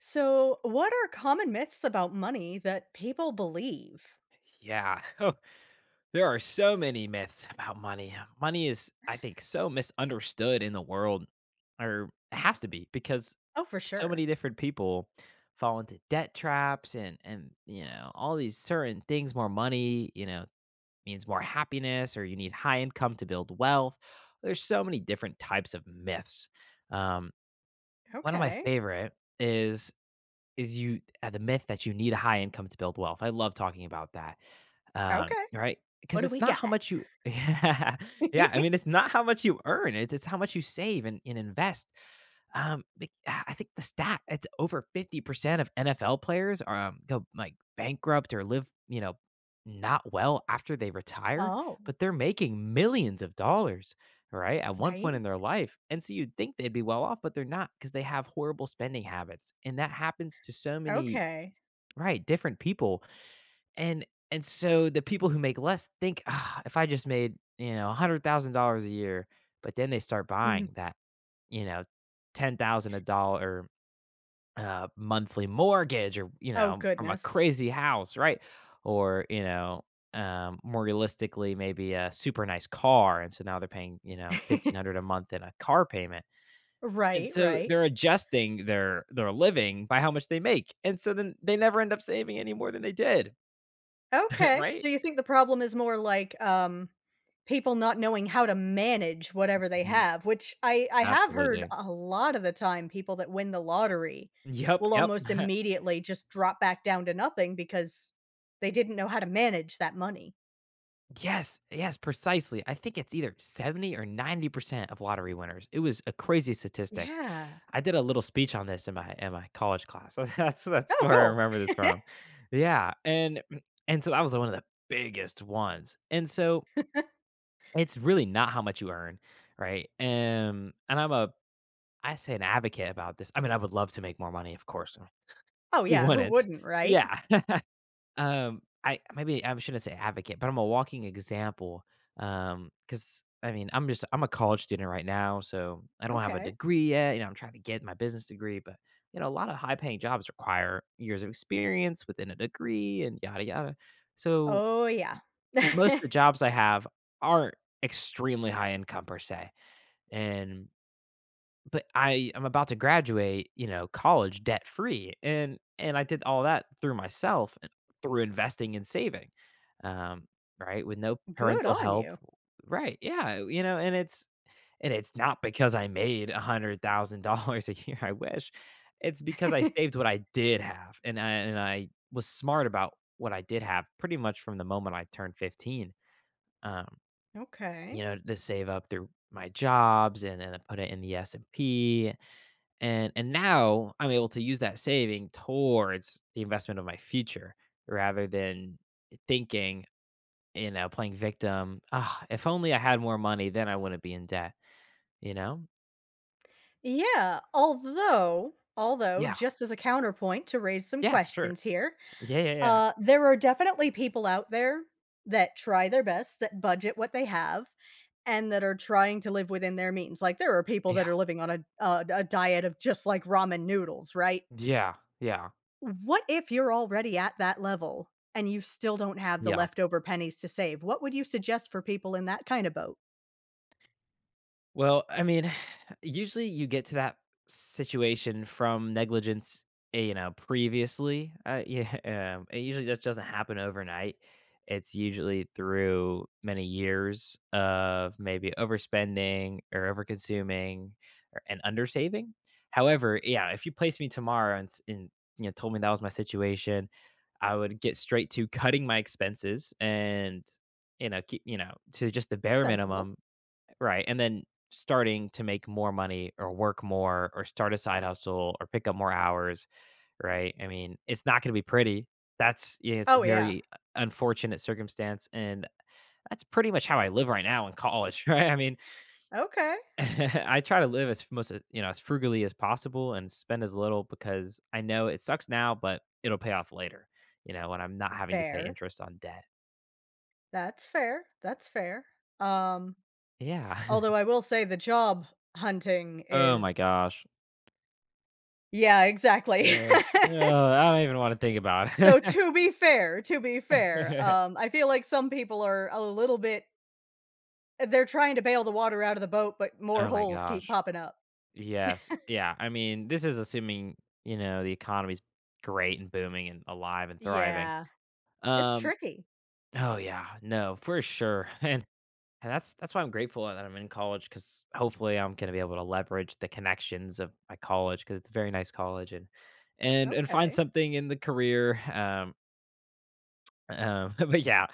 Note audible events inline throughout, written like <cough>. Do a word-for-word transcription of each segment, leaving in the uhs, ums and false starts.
So, what are common myths about money that people believe? Yeah. <laughs> Oh, there are so many myths about money. Money is, I think, so misunderstood in the world, or it has to be, because Oh, for so sure. many different people fall into debt traps and and you know all these certain things. More money, you know, means more happiness, or you need high income to build wealth. There's so many different types of myths. Um, One of my Okay. favorite is is you uh, the myth that you need a high income to build wealth. I love talking about that um, Okay. right? What Because do it's we not got? how much you. <laughs> Yeah, yeah, I mean, it's <laughs> not how much you earn, it's it's how much you save and and invest. Um, bec ah, I think the stat, it's over fifty percent of N F L players are, um, go, like, bankrupt or live, you know, not well after they retire, Oh, but they're making millions of dollars, right, at one point in right. their life, and so you'd think they'd be well off, but they're not not because they have horrible spending habits, and that happens to so many, Okay. right, different people. And and so the people who make less think, "Ah, if I just made, you know, one hundred thousand dollars a year," but then they start buying Mhm. that, you know, ten thousand a dollar uh, monthly mortgage or, you Oh, know, from a goodness. crazy house, right? or, you know, um, more realistically, maybe a super nice car. And so now they're paying, you know, <laughs> fifteen hundred a month in a car payment. And Right, so right. they're adjusting their their living by how much they make. And so then they never end up saving any more than they did, <laughs> Okay. right? So you think the problem is more like um people not knowing how to manage whatever they have, which I I have heard Absolutely. a lot of the time people that win the lottery Yep, will yep. <laughs> almost immediately just drop back down to nothing because they didn't know how to manage that money. Yes, yes, precisely. I think it's either seventy or ninety percent of lottery winners. It was a crazy statistic. Yeah. I did a little speech on this in my in my college class. <laughs> That's that's Oh, where I cool. remember this from. Yeah, and and so that was one of the biggest ones. And so <laughs> it's really not how much you earn, right? Um, and I'm a I say an advocate about this. I mean, I would love to make more money, of course. Oh Who yeah, who wouldn't? wouldn't, right? Yeah. Um, I Maybe I shouldn't say advocate, but I'm a walking example. Um, because I mean, I'm just I'm a college student right now, so I don't have a Okay. degree yet. You know, I'm trying to get my business degree, but you know, a lot of high paying jobs require years of experience within a degree and yada yada. So Oh yeah. most <laughs> of the jobs I have aren't extremely high income per se. And but I am about to graduate, you know, college debt free, and and I did all that through myself, and through investing and saving, um, right, with no Good parental on help, you. right? Yeah, you know, and it's and it's not because I made a hundred thousand dollars a year. <laughs> I wish. It's because I saved <laughs> what I did have, and I and I was smart about what I did have pretty much from the moment I turned fifteen. Um, you Okay. know, to save up through my jobs and then I put it in the S and P and and now I'm able to use that saving towards the investment of my future rather than thinking, you know, playing victim. Ah, if only I had more money, then I wouldn't be in debt. You know? Yeah, although although Yeah, just as a counterpoint to raise some yeah, for sure. questions here, Yeah, yeah, yeah, uh, there are definitely people out there that try their best, that budget what they have, and that are trying to live within their means. Like, there are people yeah, that are living on a a a diet of just, like, ramen noodles, right? yeah, yeah, What if you're already at that level and you still don't have the yeah. leftover pennies to save? What would you suggest for people in that kinda boat? Well, I mean, <sighs> usually you get to that situation from negligence, eh, you know, previously. Uh, <laughs> yeah, um, it usually just doesn't happen overnight. It's usually through many years of maybe overspending or overconsuming or, and undersaving. However, yeah, if you placed me tomorrow and, s- and you know told me that was my situation, I would get straight to <laughs> cutting my expenses and you know keep you know to just the bare Sensible. minimum. Right, and then starting to make more money or work more or start a side hustle or pick up more hours, right? I mean, it's not gonna be pretty. That's Yeah, it's a Oh, yeah. very unfortunate circumstance, and that's pretty much how I live right now in college, <laughs> right? I mean, Okay. <laughs> I try to live as most, as- you know, as frugally as possible and spend as little because I know it sucks now, but it'll pay off later, you know, when I'm not having to pay Fair. interest on debt. That's fair. That's fair. Um, Yeah. Although <laughs> I will say the job hunting Oh my is gosh. <laughs> Yeah, exactly. Yeah. <laughs> Oh, I don't even wanna think about it. So to be fair, to be fair, <laughs> um, I feel like some people are a little bit they're trying to bail the water out of the boat, but more Oh my holes keep gosh. popping up. Yes. Yeah. I mean, this is assuming, you know, the economy's great and booming and alive and thriving. Yeah. It's Um, tricky. oh yeah, no, for sure. <laughs> And and that's that's why I'm grateful that I'm in college because hopefully I'm gonna be able to leverage the connections of my college because it's a very nice college and and and find Okay. something in the career. Um, um <laughs> but yeah,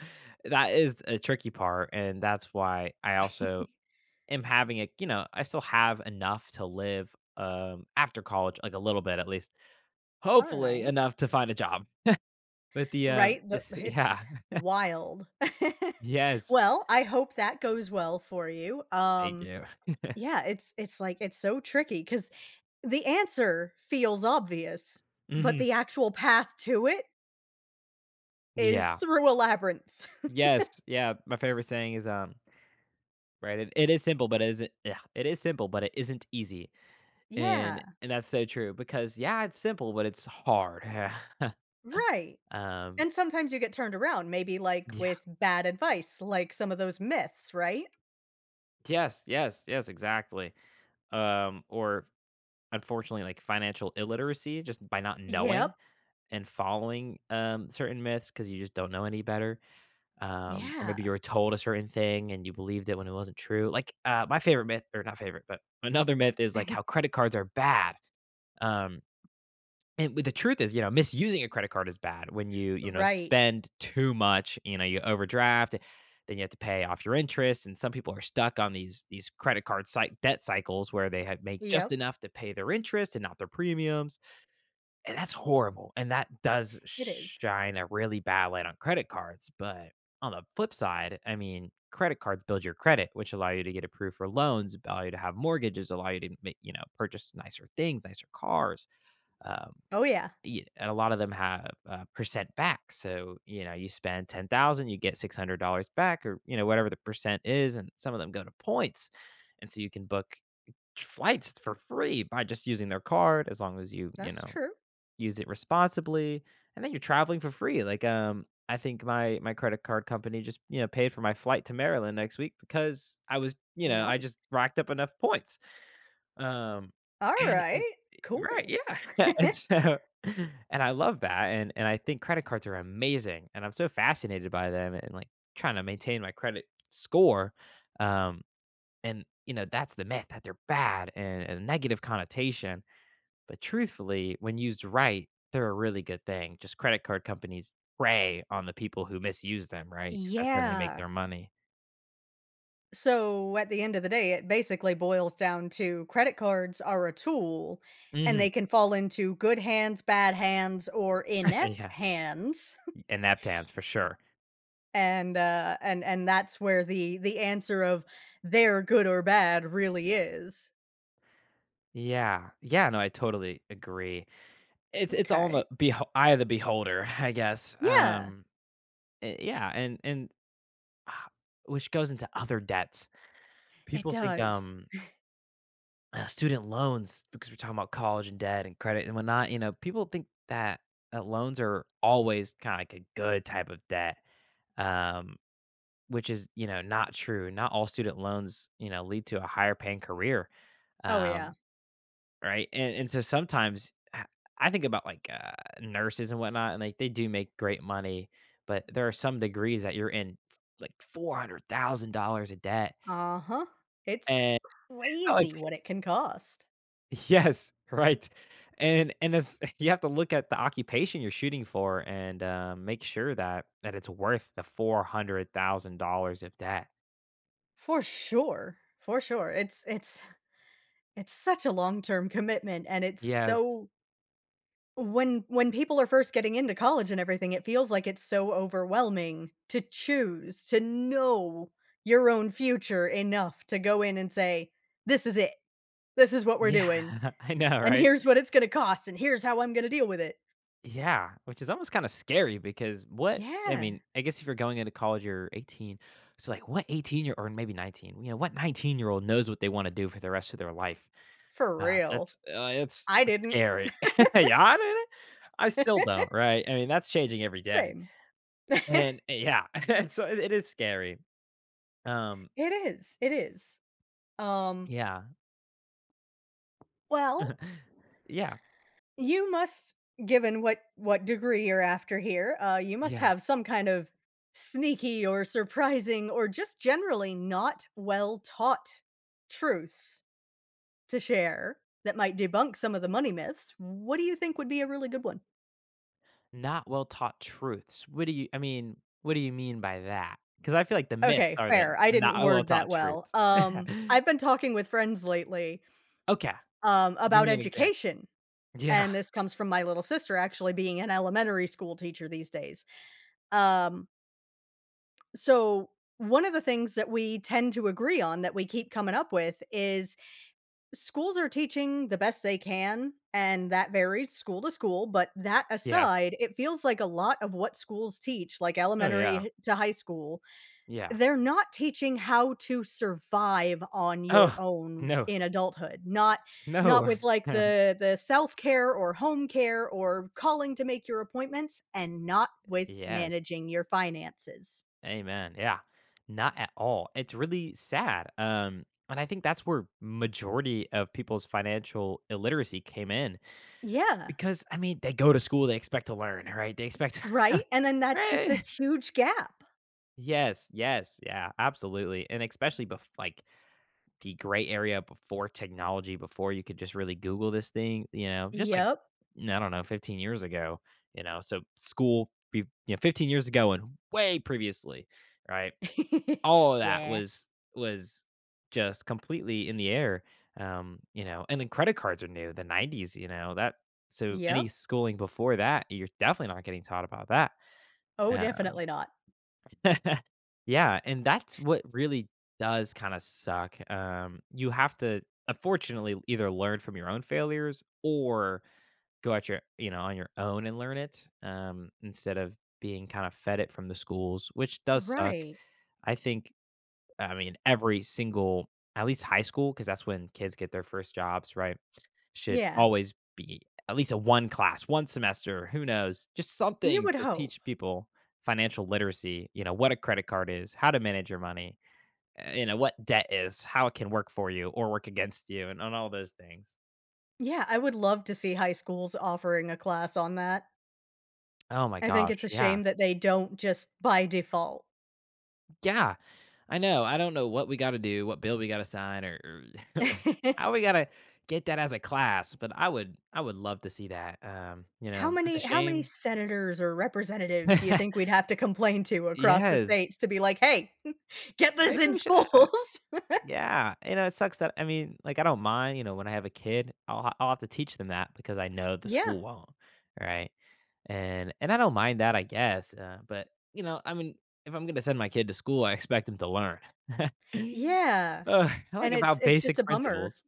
that is a tricky part. And that's why I also am having a you know, I still have enough to live, um, after college, like, a little bit at least. All Hopefully right. enough to find a job. But the, uh, Right? The this yeah. it's <laughs> wild. <laughs> Yes. Well, I hope that goes well for you. Thank Um, you. yeah, it's it's like it's so tricky because the answer feels obvious, but Mhm. the actual path to it is Yeah. through a labyrinth. <laughs> Yes. Yeah, my favorite saying is, um, right, it it is simple, but it isn't. Yeah, it is simple, but it isn't easy. And Yeah, and that's so true because, yeah, it's simple, but it's hard. <laughs> right, Um, and sometimes you get turned around, maybe, like, yeah. with bad advice, like some of those myths, right? Yes, yes, yes, exactly. Um, or Unfortunately, like, financial illiteracy just by not knowing Yep, and following, um, certain myths because you just don't know any better, um, or maybe you yeah. were told a certain thing and you believed it when it wasn't true. Like, uh, my favorite myth or not favorite, but another myth is, like, how <laughs> credit cards are bad. Um and with The truth is, you know, misusing a credit card is bad when you, you know, Right, spend too much, you know, you overdraft, eh, then you have to pay off your interest. And some people are stuck on these these credit card cy- debt cycles where they have make just yep, enough to pay their interest and not their premiums. And that's horrible. And that does it is. shine a really bad light on credit cards. But on the flip side, I mean, credit cards build your credit, which allow you to get approved for loans, allow you to have mortgages, allow you to, ma- you know, purchase nicer things, nicer cars. Um, Oh, yeah, Y and a lot of them have, uh, percent back, so, you know, you spend ten thousand, you get six hundred dollars back or, you know, whatever the percent is, and some of them go to points, and so you can book t flights for free by just using their card as long as you, you that's know, true. use it responsibly, and then you're traveling for free, like, um, I think my my credit card company just, you know, paid for my flight to Maryland next week because I was you know, I just Nice. racked up enough points. Um, and Alright, it's right, cool. yeah. <laughs> <laughs> And so and I love that, and and I think credit cards are amazing, and I'm so fascinated by them and, like, trying to maintain my credit score, um, and, you know, that's the myth that they're bad and and negative connotation, but truthfully, when used right, they're a really good thing, just credit card companies prey on the people who misuse them, right? 'Cause that's how they make Yeah. their money. So at the end of the day, it basically boils down to credit cards are a tool and Mhm. they can fall into good hands, bad hands, or <laughs> inept Yeah, hands. <laughs> and napkins for sure. And uh and and that's where the the answer of they're good or bad really is. Yeah. Yeah, no, I totally agree. It's it's all in Okay. the beho eye of the beholder, <laughs> I guess. Yeah, Um, eh, yeah, and and ah, which goes into other debts. it People think, does. um, uh, student loans because we're talking about college and debt and credit and whatnot, you know, people think that, uh, loans are always kinda like a good type of debt, um, which is, you know, not true. Not all student loans, you know, lead to a higher paying career. Oh yeah. Um, Right, and and so sometimes h- I think about, like, uh, nurses and whatnot, and, like, they do make great money, but there are some degrees that you're in, f like, four hundred thousand dollars of debt, Uh-huh. It's and, I'm like. crazy what it can cost. <laughs> Yes, right, and and it's <laughs> you have to look at the occupation you're shooting for and, um, make sure that that it's worth the four hundred thousand dollars of debt. For sure. For sure. It's it's it's such a long-term commitment and it's Yes. so When when people are first getting into college and everything, it feels like it's so overwhelming to choose, to know your own future enough to go in and say, "This is it. This is what we're Yeah, doing, <laughs> I know, and right? here's what it's gonna cost, and here's how I'm gonna deal with it." Yeah, which is almost kinda scary because what I mean, Yeah, I guess if you're going into college, you're eighteen, so, like, what eighteen year or maybe nineteen, you know, what nineteen-year-old knows what they wanna do for the rest of their life? for Uh, real. that's, uh, it's I it's didn't. scary. <laughs> Yeah, I mean, I still don't, right? I mean, that's changing every day, Same. <laughs> and uh, yeah, <laughs> so it it is scary. Um, It is, it is. Um, yeah. well, <laughs> Yeah. you must, given what what degree you're after here, uh, you must Yeah. have some kind of sneaky or surprising or just generally not well taught truths to share that might debunk some of the money myths. What do you think would be a really good one? Not well taught truths. What do you I mean, what do you mean by that? Because I feel like the myths Okay, are the fair. I not didn't well word taught that well. truths. Um, <laughs> I've been talking with friends lately Okay, um, give about me an example. education, Yeah, and this comes from my little sister actually being an elementary school teacher these days. Um, So, one of the things that we tend to agree on that we keep coming up with is schools are teaching the best they can, and that varies school to school. But that yes. aside, it feels like a lot of what schools teach, like Oh, elementary yeah, h- to high school, yeah. they're not teaching how to survive on your Oh, own no, in adulthood. Not not no. with like <laughs> the the self-care or home care or calling to make your appointments and not with Yes, managing your finances. amen, yeah. Not at all. It's really sad, um, and I think that's where majority of people's financial illiteracy came in Yeah. because, I mean, they go to school, they expect to learn, right? They expect Right? And then <laughs> that's just right? this huge gap. Yes, yes, yeah, absolutely, and especially bef like, the gray area before technology, before you could just really Google this thing, you know, just like, Yep. I don't know, fifteen years ago, you know, so school be you know, fifteen years ago and way previously, right? <laughs> All of that Yeah. was was just completely in the air, um, you know, and then credit cards are new, the nineties, you know, that so any Yep. schooling before that, you're definitely not getting taught about that, Oh, um definitely not. <laughs> yeah, and that's what really does kind of suck. Um, you have to unfortunately either learn from your own failures or go at your you know on your own and learn it um, instead of being kind of fed it from the schools, which does suck. Right. I think I mean, every single at least high school, because that's when kids get their first jobs, right? Should Yeah. always be at least a one class, one semester, who knows? Just You something would to hope. teach people financial literacy, you know, what a credit card is, how to manage your money, uh, you know, what debt is, how it can work for you or work against you, and on all those things. Yeah, I would love to see high schools offering a class on that. Oh my I think it's gosh, a yeah. shame that they don't just by default. Yeah, I know. I don't know what we gotta do, what bill we gotta sign, or, or <laughs> how we <laughs> gotta get that as a class, but I would I would love to see that. Um, you How know, it's a many how many shame. senators or representatives do you think we'd <laughs> have to complain to across the Yes, states to be like, "Hey, <laughs> get this maybe in we should have it. schools?" <laughs> Yeah, you know, it sucks that I mean, like, I don't mind, you know, when I have a kid, I'll ha I'll have to teach them that because I know the Yeah. school won't, right? and and I don't mind that, I guess. Uh, but you know, I mean, if I'm gonna send my kid to school, I expect him to learn. <laughs> Yeah. Ugh, I like And it's about it's just basic a bummer. principles.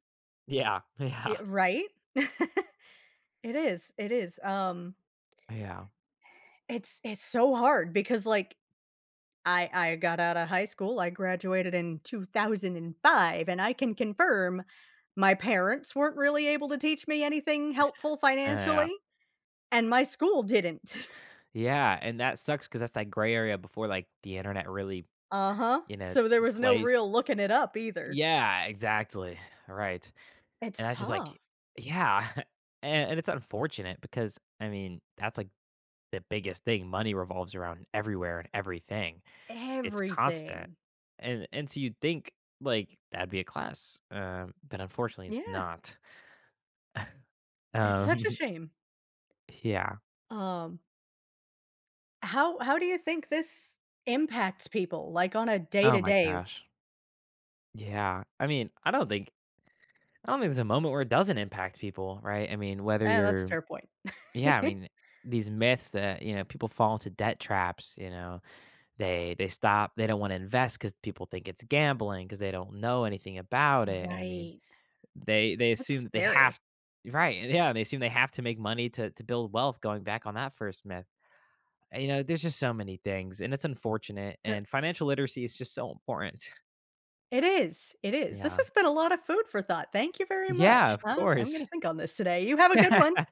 Yeah, <laughs> yeah, Yeah, right? <laughs> It is, it is, um, yeah, it's it's so hard because, like, I I got out of high school, I graduated in two thousand five, and five, and I can confirm my parents weren't really able to teach me anything helpful yeah, financially, and my school didn't. <laughs> yeah. And that sucks because that's that gray area before like the internet really, Uh-huh, you know, so there took was no place. real looking it up either. Yeah, exactly. Right. And It's that's just like, tough. yeah. <laughs> And, and it's unfortunate because I mean, that's like the biggest thing. Money revolves around everywhere and everything. It's constant, Everything. and and so you'd think, like, that'd be a class, um, but unfortunately, it's Yeah, not. it's Um, such a <laughs> shame. yeah. Um, how how do you think this impacts people, like, on a Oh my day-to-day gosh. Yeah. I mean, I don't think I don't think there's a moment where it doesn't impact people, right? I mean, whether Eh, that's a you're fair point. yeah, I <laughs> mean, these myths that, you know, people fall into debt traps, you know, they they stop, they don't wanna invest invest because people think it's gambling because they don't know anything about it, I mean Right. They they That's assume that they have scary. Right, yeah, they assume they have to make money to to build wealth going back on that first myth. Uh, You know, there's just so many things, and it's unfortunate, There and financial literacy is just so important. <laughs> it is, it is. This Yeah. has been a lot of food for thought. Thank you very Yeah, much. of Um, I'm course. gonna think on this today. You have a good one. <laughs>